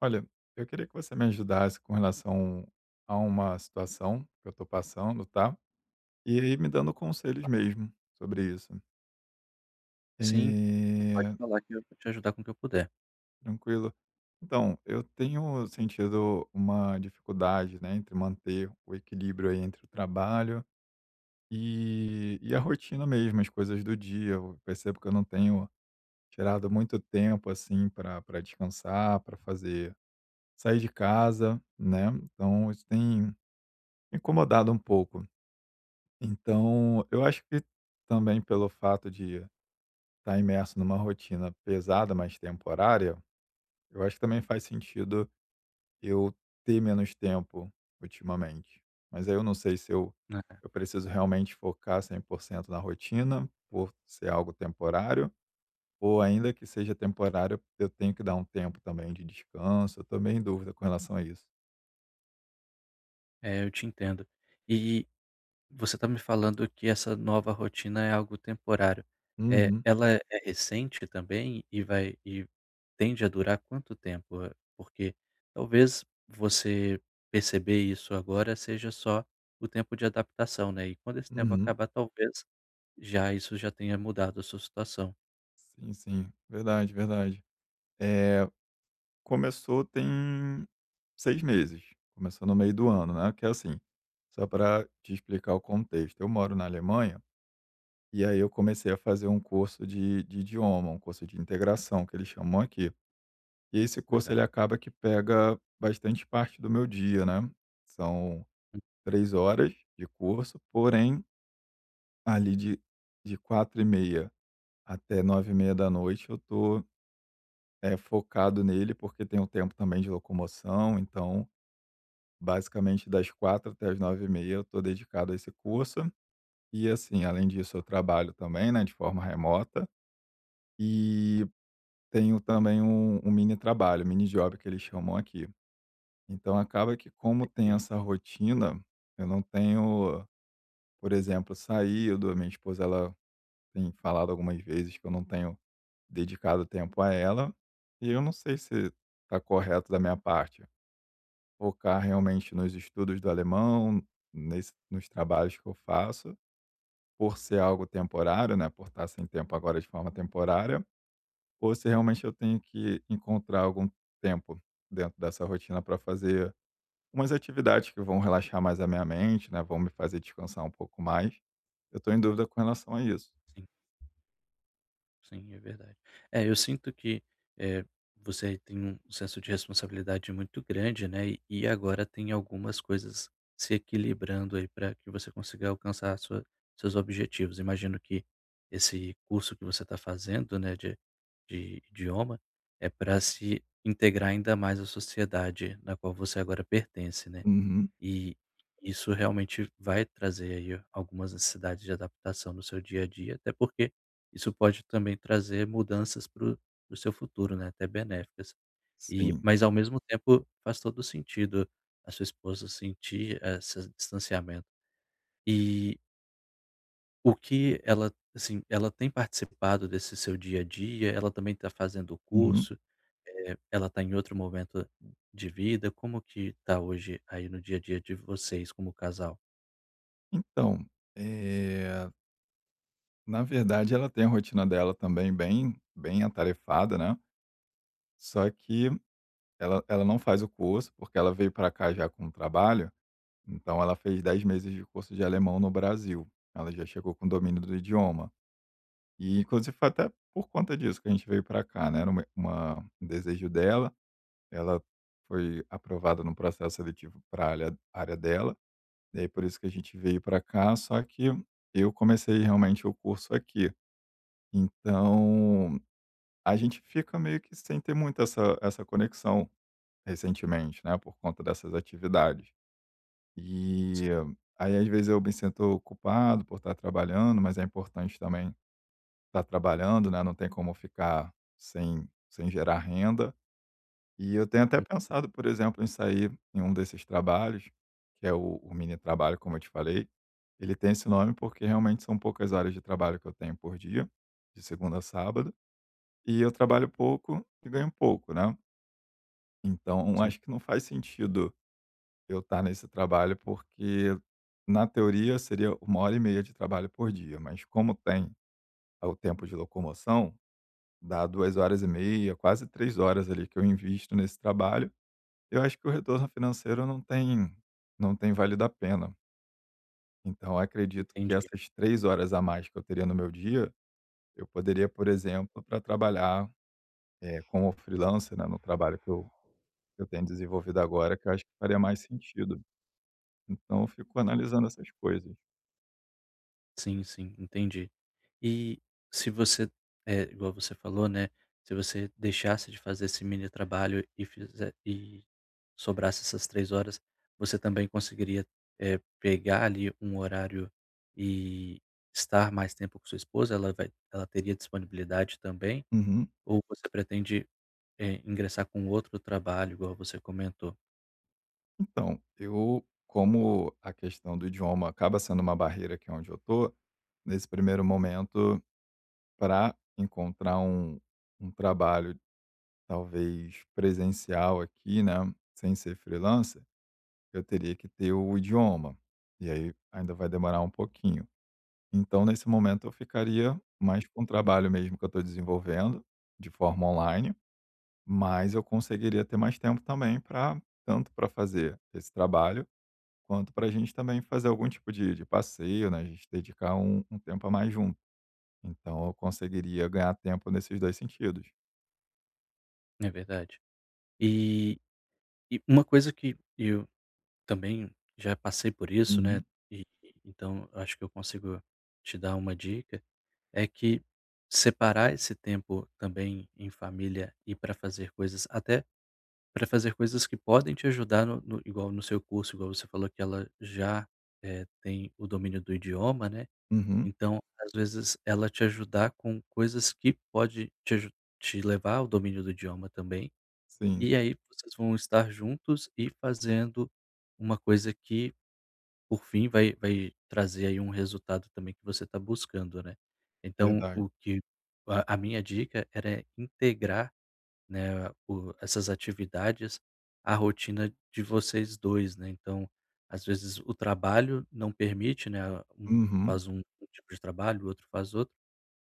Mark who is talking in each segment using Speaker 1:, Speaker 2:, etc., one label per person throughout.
Speaker 1: Olha, eu queria que você me ajudasse com relação a uma situação que eu estou passando, tá? E aí me dando conselhos
Speaker 2: Claro,
Speaker 1: mesmo sobre isso.
Speaker 2: sim,
Speaker 1: Eh,
Speaker 2: pode falar que eu vou te ajudar com o que eu puder,
Speaker 1: Tranquilo. Então, eu tenho sentido uma dificuldade, né, entre manter o equilíbrio aí entre o trabalho e a rotina mesmo, as coisas do dia. Eu percebo que eu não tenho tirado muito tempo assim para descansar, para fazer sair de casa, né? Então, isso tem incomodado um pouco. Então, eu acho que também pelo fato de estar imerso numa rotina pesada, mas temporária, eu acho que também faz sentido eu ter menos tempo ultimamente. Mas aí eu não sei se eu,
Speaker 2: né.
Speaker 1: eu preciso realmente focar 100% na rotina, por ser algo temporário, ou ainda que seja temporário, eu tenho que dar um tempo também de descanso. Eu também em dúvida com relação a isso.
Speaker 2: Eu te entendo. E você está me falando que essa nova rotina é algo temporário.
Speaker 1: Uhum,
Speaker 2: Ela é recente também e tende a durar quanto tempo? Porque talvez você perceber isso agora seja só o tempo de adaptação, né, e quando esse tempo
Speaker 1: uhum.
Speaker 2: acabar, talvez já isso já tenha mudado a sua situação.
Speaker 1: Sim, sim. Verdade, verdade. É, começou tem 6 meses, começou no meio do ano, né, que é assim, só para te explicar o contexto, eu moro na Alemanha, e aí eu comecei a fazer um curso de idioma, um curso de integração que eles chamam aqui. E esse curso
Speaker 2: Legal,
Speaker 1: ele acaba que pega bastante parte do meu dia, né, são 3 horas de curso, porém, ali de 4h30 até 9h30 da noite eu tô, focado nele, porque tem o tempo também de locomoção, então basicamente das 4h até as 9h30 eu estou dedicado a esse curso. E assim, além disso eu trabalho também, né, de forma remota, e tenho também um mini trabalho, mini job que eles chamam aqui. Então acaba que como
Speaker 2: entendi,
Speaker 1: tem essa
Speaker 2: sim.
Speaker 1: rotina, eu não tenho, por exemplo, saído, a minha esposa ela tem falado algumas vezes que eu não tenho dedicado tempo a ela, e eu não sei se está correto da minha parte. Focar realmente nos estudos do alemão, nesse nos trabalhos que eu faço, por ser algo temporário, né, por estar sem tempo agora de forma temporária, ou se realmente eu tenho que encontrar algum tempo dentro dessa rotina para fazer umas atividades que vão relaxar mais a minha mente, né, vão me fazer descansar um pouco mais. Eu estou em dúvida com relação a isso.
Speaker 2: Sim, é verdade. É, eu sinto que, eh, você tem um senso de responsabilidade muito grande, né, e agora tem algumas coisas se equilibrando aí para que você consiga alcançar sua seus objetivos. Imagino que esse curso que você está fazendo, né, de idioma, é para se integrar ainda mais à sociedade na qual você agora pertence, né.
Speaker 1: Uhum,
Speaker 2: E isso realmente vai trazer aí algumas necessidades de adaptação no seu dia a dia, até porque isso pode também trazer mudanças para o seu futuro, né, até benéficas. E
Speaker 1: sim.
Speaker 2: mas ao mesmo tempo faz todo sentido a sua esposa sentir esse distanciamento. E o que ela, assim, ela tem participado desse seu dia a dia? Ela também está fazendo o
Speaker 1: Uhum.
Speaker 2: curso? Ela está em outro momento de vida? Como que está hoje aí no dia a dia de vocês como casal?
Speaker 1: Então, eh, na verdade ela tem a rotina dela também bem atarefada, né, só que ela não faz o curso, porque ela veio para cá já com o trabalho. Então ela fez 10 meses de curso de alemão no Brasil. Ela já chegou com domínio do idioma. E inclusive foi até por conta disso que a gente veio para cá, né, era uma um desejo dela. Ela foi aprovada no processo seletivo para a alha área dela, e aí por isso que a gente veio para cá, só que eu comecei realmente o curso aqui. Então, a gente fica meio que sem ter muito essa conexão recentemente, né, por conta dessas atividades. E aí, às vezes, eu me sinto culpado por estar trabalhando, mas é importante também estar trabalhando, né? Não tem como ficar sem gerar renda. E eu tenho até
Speaker 2: Hum,
Speaker 1: pensado, por exemplo, em sair em um desses trabalhos, que é o mini trabalho, como eu te falei. Ele tem esse nome porque realmente são poucas horas de trabalho que eu tenho por dia, de segunda a sábado. E eu trabalho pouco e ganho pouco, né? Então,
Speaker 2: sim,
Speaker 1: acho que não faz sentido eu estar nesse trabalho, porque na teoria seria 1h30 de trabalho por dia, mas como tem o tempo de locomoção, dá 2h30, quase 3 horas ali que eu invisto nesse trabalho, eu acho que o retorno financeiro não tem valido a pena. Então eu acredito que
Speaker 2: entendi.
Speaker 1: essas 3 horas a mais que eu teria no meu dia, eu poderia, por exemplo, para trabalhar, como freelancer, né, no trabalho que eu tenho desenvolvido agora, que eu acho que faria mais sentido. Então eu fico analisando essas coisas.
Speaker 2: Sim, sim, entendi. E se você, é igual você falou, né, se você deixasse de fazer esse mini trabalho e sobrasse essas 3 horas, você também conseguiria, pegar ali um horário e estar mais tempo com sua esposa? Ela teria disponibilidade também?
Speaker 1: Uhum.
Speaker 2: Ou você pretende, ingressar com outro trabalho, igual você comentou?
Speaker 1: Então, eu como a questão do idioma acaba sendo uma barreira aqui onde eu tô, nesse primeiro momento, para encontrar um trabalho talvez presencial aqui, né, sem ser freelancer. Eu teria que ter o idioma, e aí ainda vai demorar um pouquinho. Então nesse momento eu ficaria mais com o trabalho mesmo que eu estou desenvolvendo, de forma online, mas eu conseguiria ter mais tempo também para tanto para fazer esse trabalho, quanto para a gente também fazer algum tipo de passeio, né, a gente dedicar um tempo a mais junto. Então eu conseguiria ganhar tempo nesses dois sentidos.
Speaker 2: Não é verdade? E e uma coisa que eu também já passei por isso, né,
Speaker 1: Uhum,
Speaker 2: e então acho que eu consigo te dar uma dica, é que separar esse tempo também em família e para fazer coisas até para fazer coisas que podem te ajudar no seu curso, igual você falou que ela já, tem o domínio do idioma, né,
Speaker 1: uhum,
Speaker 2: então às vezes ela te ajudar com coisas que pode te levar ao domínio do idioma também,
Speaker 1: sim,
Speaker 2: e aí vocês vão estar juntos e fazendo uma coisa que, por fim, vai trazer aí um resultado também que você está buscando, né. Então,
Speaker 1: verdade.
Speaker 2: o que a minha dica era integrar, né, o essas atividades à rotina de vocês dois, né. Então, às vezes o trabalho não permite, né, um
Speaker 1: Uhum,
Speaker 2: faz um tipo de trabalho, o outro faz outro,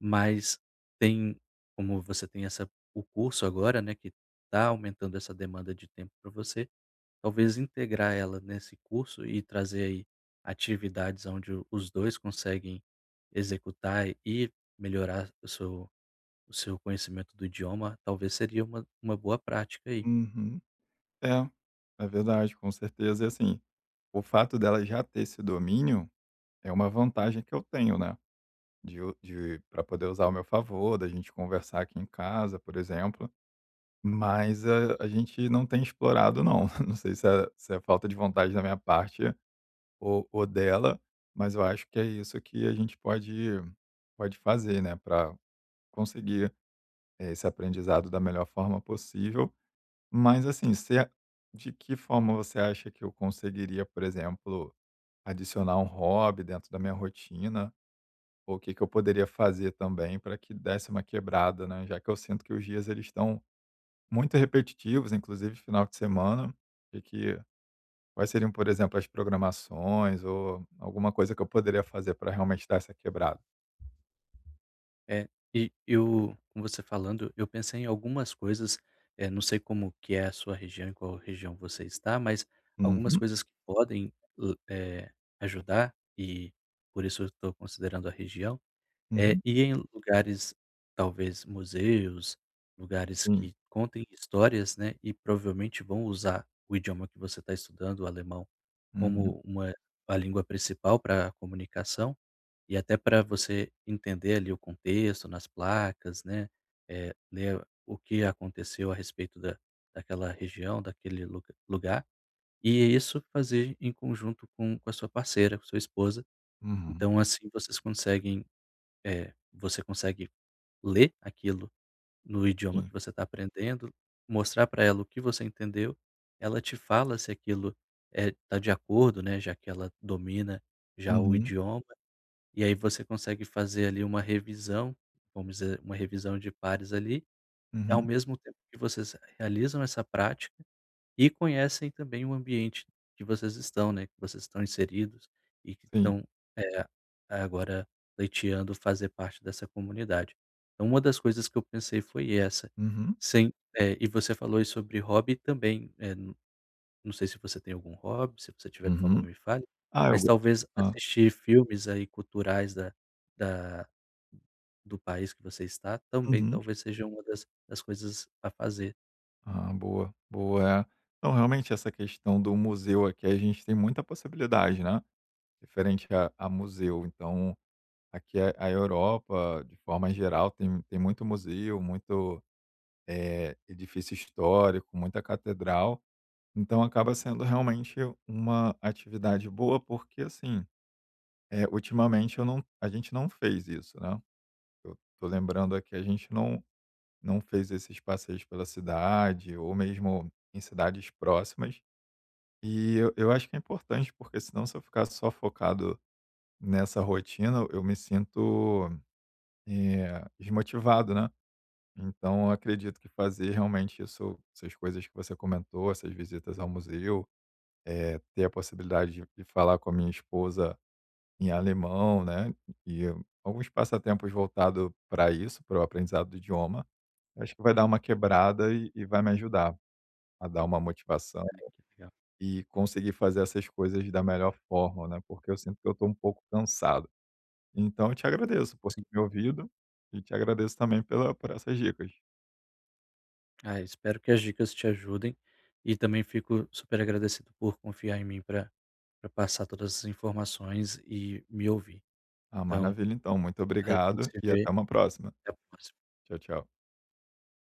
Speaker 2: mas tem como, você tem essa, o curso agora, né, que tá aumentando essa demanda de tempo para você. Talvez integrar ela nesse curso e trazer aí atividades onde os 2 conseguem executar e melhorar o seu conhecimento do idioma, talvez seria uma boa prática aí.
Speaker 1: uhum. É, é verdade, com certeza. E assim o fato dela já ter esse domínio é uma vantagem que eu tenho, né, de u de pra poder usar ao meu favor, da gente conversar aqui em casa, por exemplo, mas a gente não tem explorado não. Não sei se é falta de vontade da minha parte ou dela, mas eu acho que é isso que a gente pode fazer, né, para conseguir esse aprendizado da melhor forma possível. Mas, assim, se a de que forma você acha que eu conseguiria, por exemplo, adicionar um hobby dentro da minha rotina, ou o que que eu poderia fazer também para que desse uma quebrada, né, já que eu sinto que os dias eles estão muito repetitivos, inclusive final de semana, e que quais seriam, por exemplo, as programações ou alguma coisa que eu poderia fazer para realmente dar essa quebrada?
Speaker 2: É, e eu com você falando, eu pensei em algumas coisas, não sei como que é a sua região, em qual região você está, mas algumas
Speaker 1: Uhum,
Speaker 2: coisas que podem, hã, eh, ajudar, e por isso eu estou considerando a região. É,
Speaker 1: uhum,
Speaker 2: e em lugares, talvez museus, lugares
Speaker 1: sim,
Speaker 2: que contem histórias, né, e provavelmente vão usar o idioma que você está estudando, o alemão,
Speaker 1: uhum,
Speaker 2: como uma a língua principal para a comunicação, e até para você entender ali o contexto nas placas, né, ler o que aconteceu a respeito da daquela região, daquele lugar, e isso fazer em conjunto com a sua parceira, com sua esposa.
Speaker 1: uhum,
Speaker 2: Então assim vocês conseguem, você consegue ler aquilo no idioma
Speaker 1: sim,
Speaker 2: que você está aprendendo, mostrar para ela o que você entendeu, ela te fala se aquilo, está de acordo, né, já que ela domina já o
Speaker 1: uhum,
Speaker 2: idioma, e aí você consegue fazer ali uma revisão, vamos dizer, uma revisão de pares ali, ao
Speaker 1: uhum,
Speaker 2: mesmo tempo que vocês realizam essa prática e conhecem também o ambiente que vocês estão, né, que vocês estão inseridos e que
Speaker 1: sim,
Speaker 2: estão, eh, agora pleiteando fazer parte dessa comunidade. Então uma das coisas que eu pensei foi essa,
Speaker 1: uhum,
Speaker 2: sem eh, e você falou aí sobre hobby também, não sei se você tem algum hobby, se você tiver, por favor,
Speaker 1: uhum.
Speaker 2: me fale,
Speaker 1: Ah, eu
Speaker 2: mas
Speaker 1: go
Speaker 2: talvez
Speaker 1: hã,
Speaker 2: assistir filmes aí culturais da da do país que você está também
Speaker 1: uhum.
Speaker 2: talvez seja uma das coisas a fazer,
Speaker 1: Ah, boa, boa. É. Então, realmente, essa questão do museu aqui, a gente tem muita possibilidade, né? Referente a museu. Então, aqui a Europa, de forma geral, tem muito museu, muito edifício histórico, muita catedral. Então, acaba sendo realmente uma atividade boa, porque, assim, ultimamente eu não, a gente não fez isso, né? Eu tô lembrando aqui, a gente não fez esses passeios pela cidade, ou mesmo em cidades próximas. E eu acho que é importante, porque senão se eu ficar só focado nessa rotina, eu me sinto, desmotivado, né. Então eu acredito que fazer realmente isso essas coisas que você comentou, essas visitas ao museu, ter a possibilidade de falar com a minha esposa em alemão, né, e alguns passatempos voltado para isso, para o aprendizado do idioma, acho que vai dar uma quebrada e vai me ajudar a dar uma motivação
Speaker 2: né. Que é legal.
Speaker 1: e conseguir fazer essas coisas da melhor forma, né, porque eu sinto que eu estou um pouco cansado. Então eu te agradeço por ter me ouvido e te agradeço também pela por essas dicas.
Speaker 2: Ah, espero que as dicas te ajudem e também fico super agradecido por confiar em mim para passar todas as informações e me ouvir.
Speaker 1: Ah,
Speaker 2: Então,
Speaker 1: maravilha então, muito
Speaker 2: a gente
Speaker 1: obrigado
Speaker 2: se
Speaker 1: e até
Speaker 2: vê
Speaker 1: uma próxima.
Speaker 2: até a próxima.
Speaker 1: Tchau, tchau.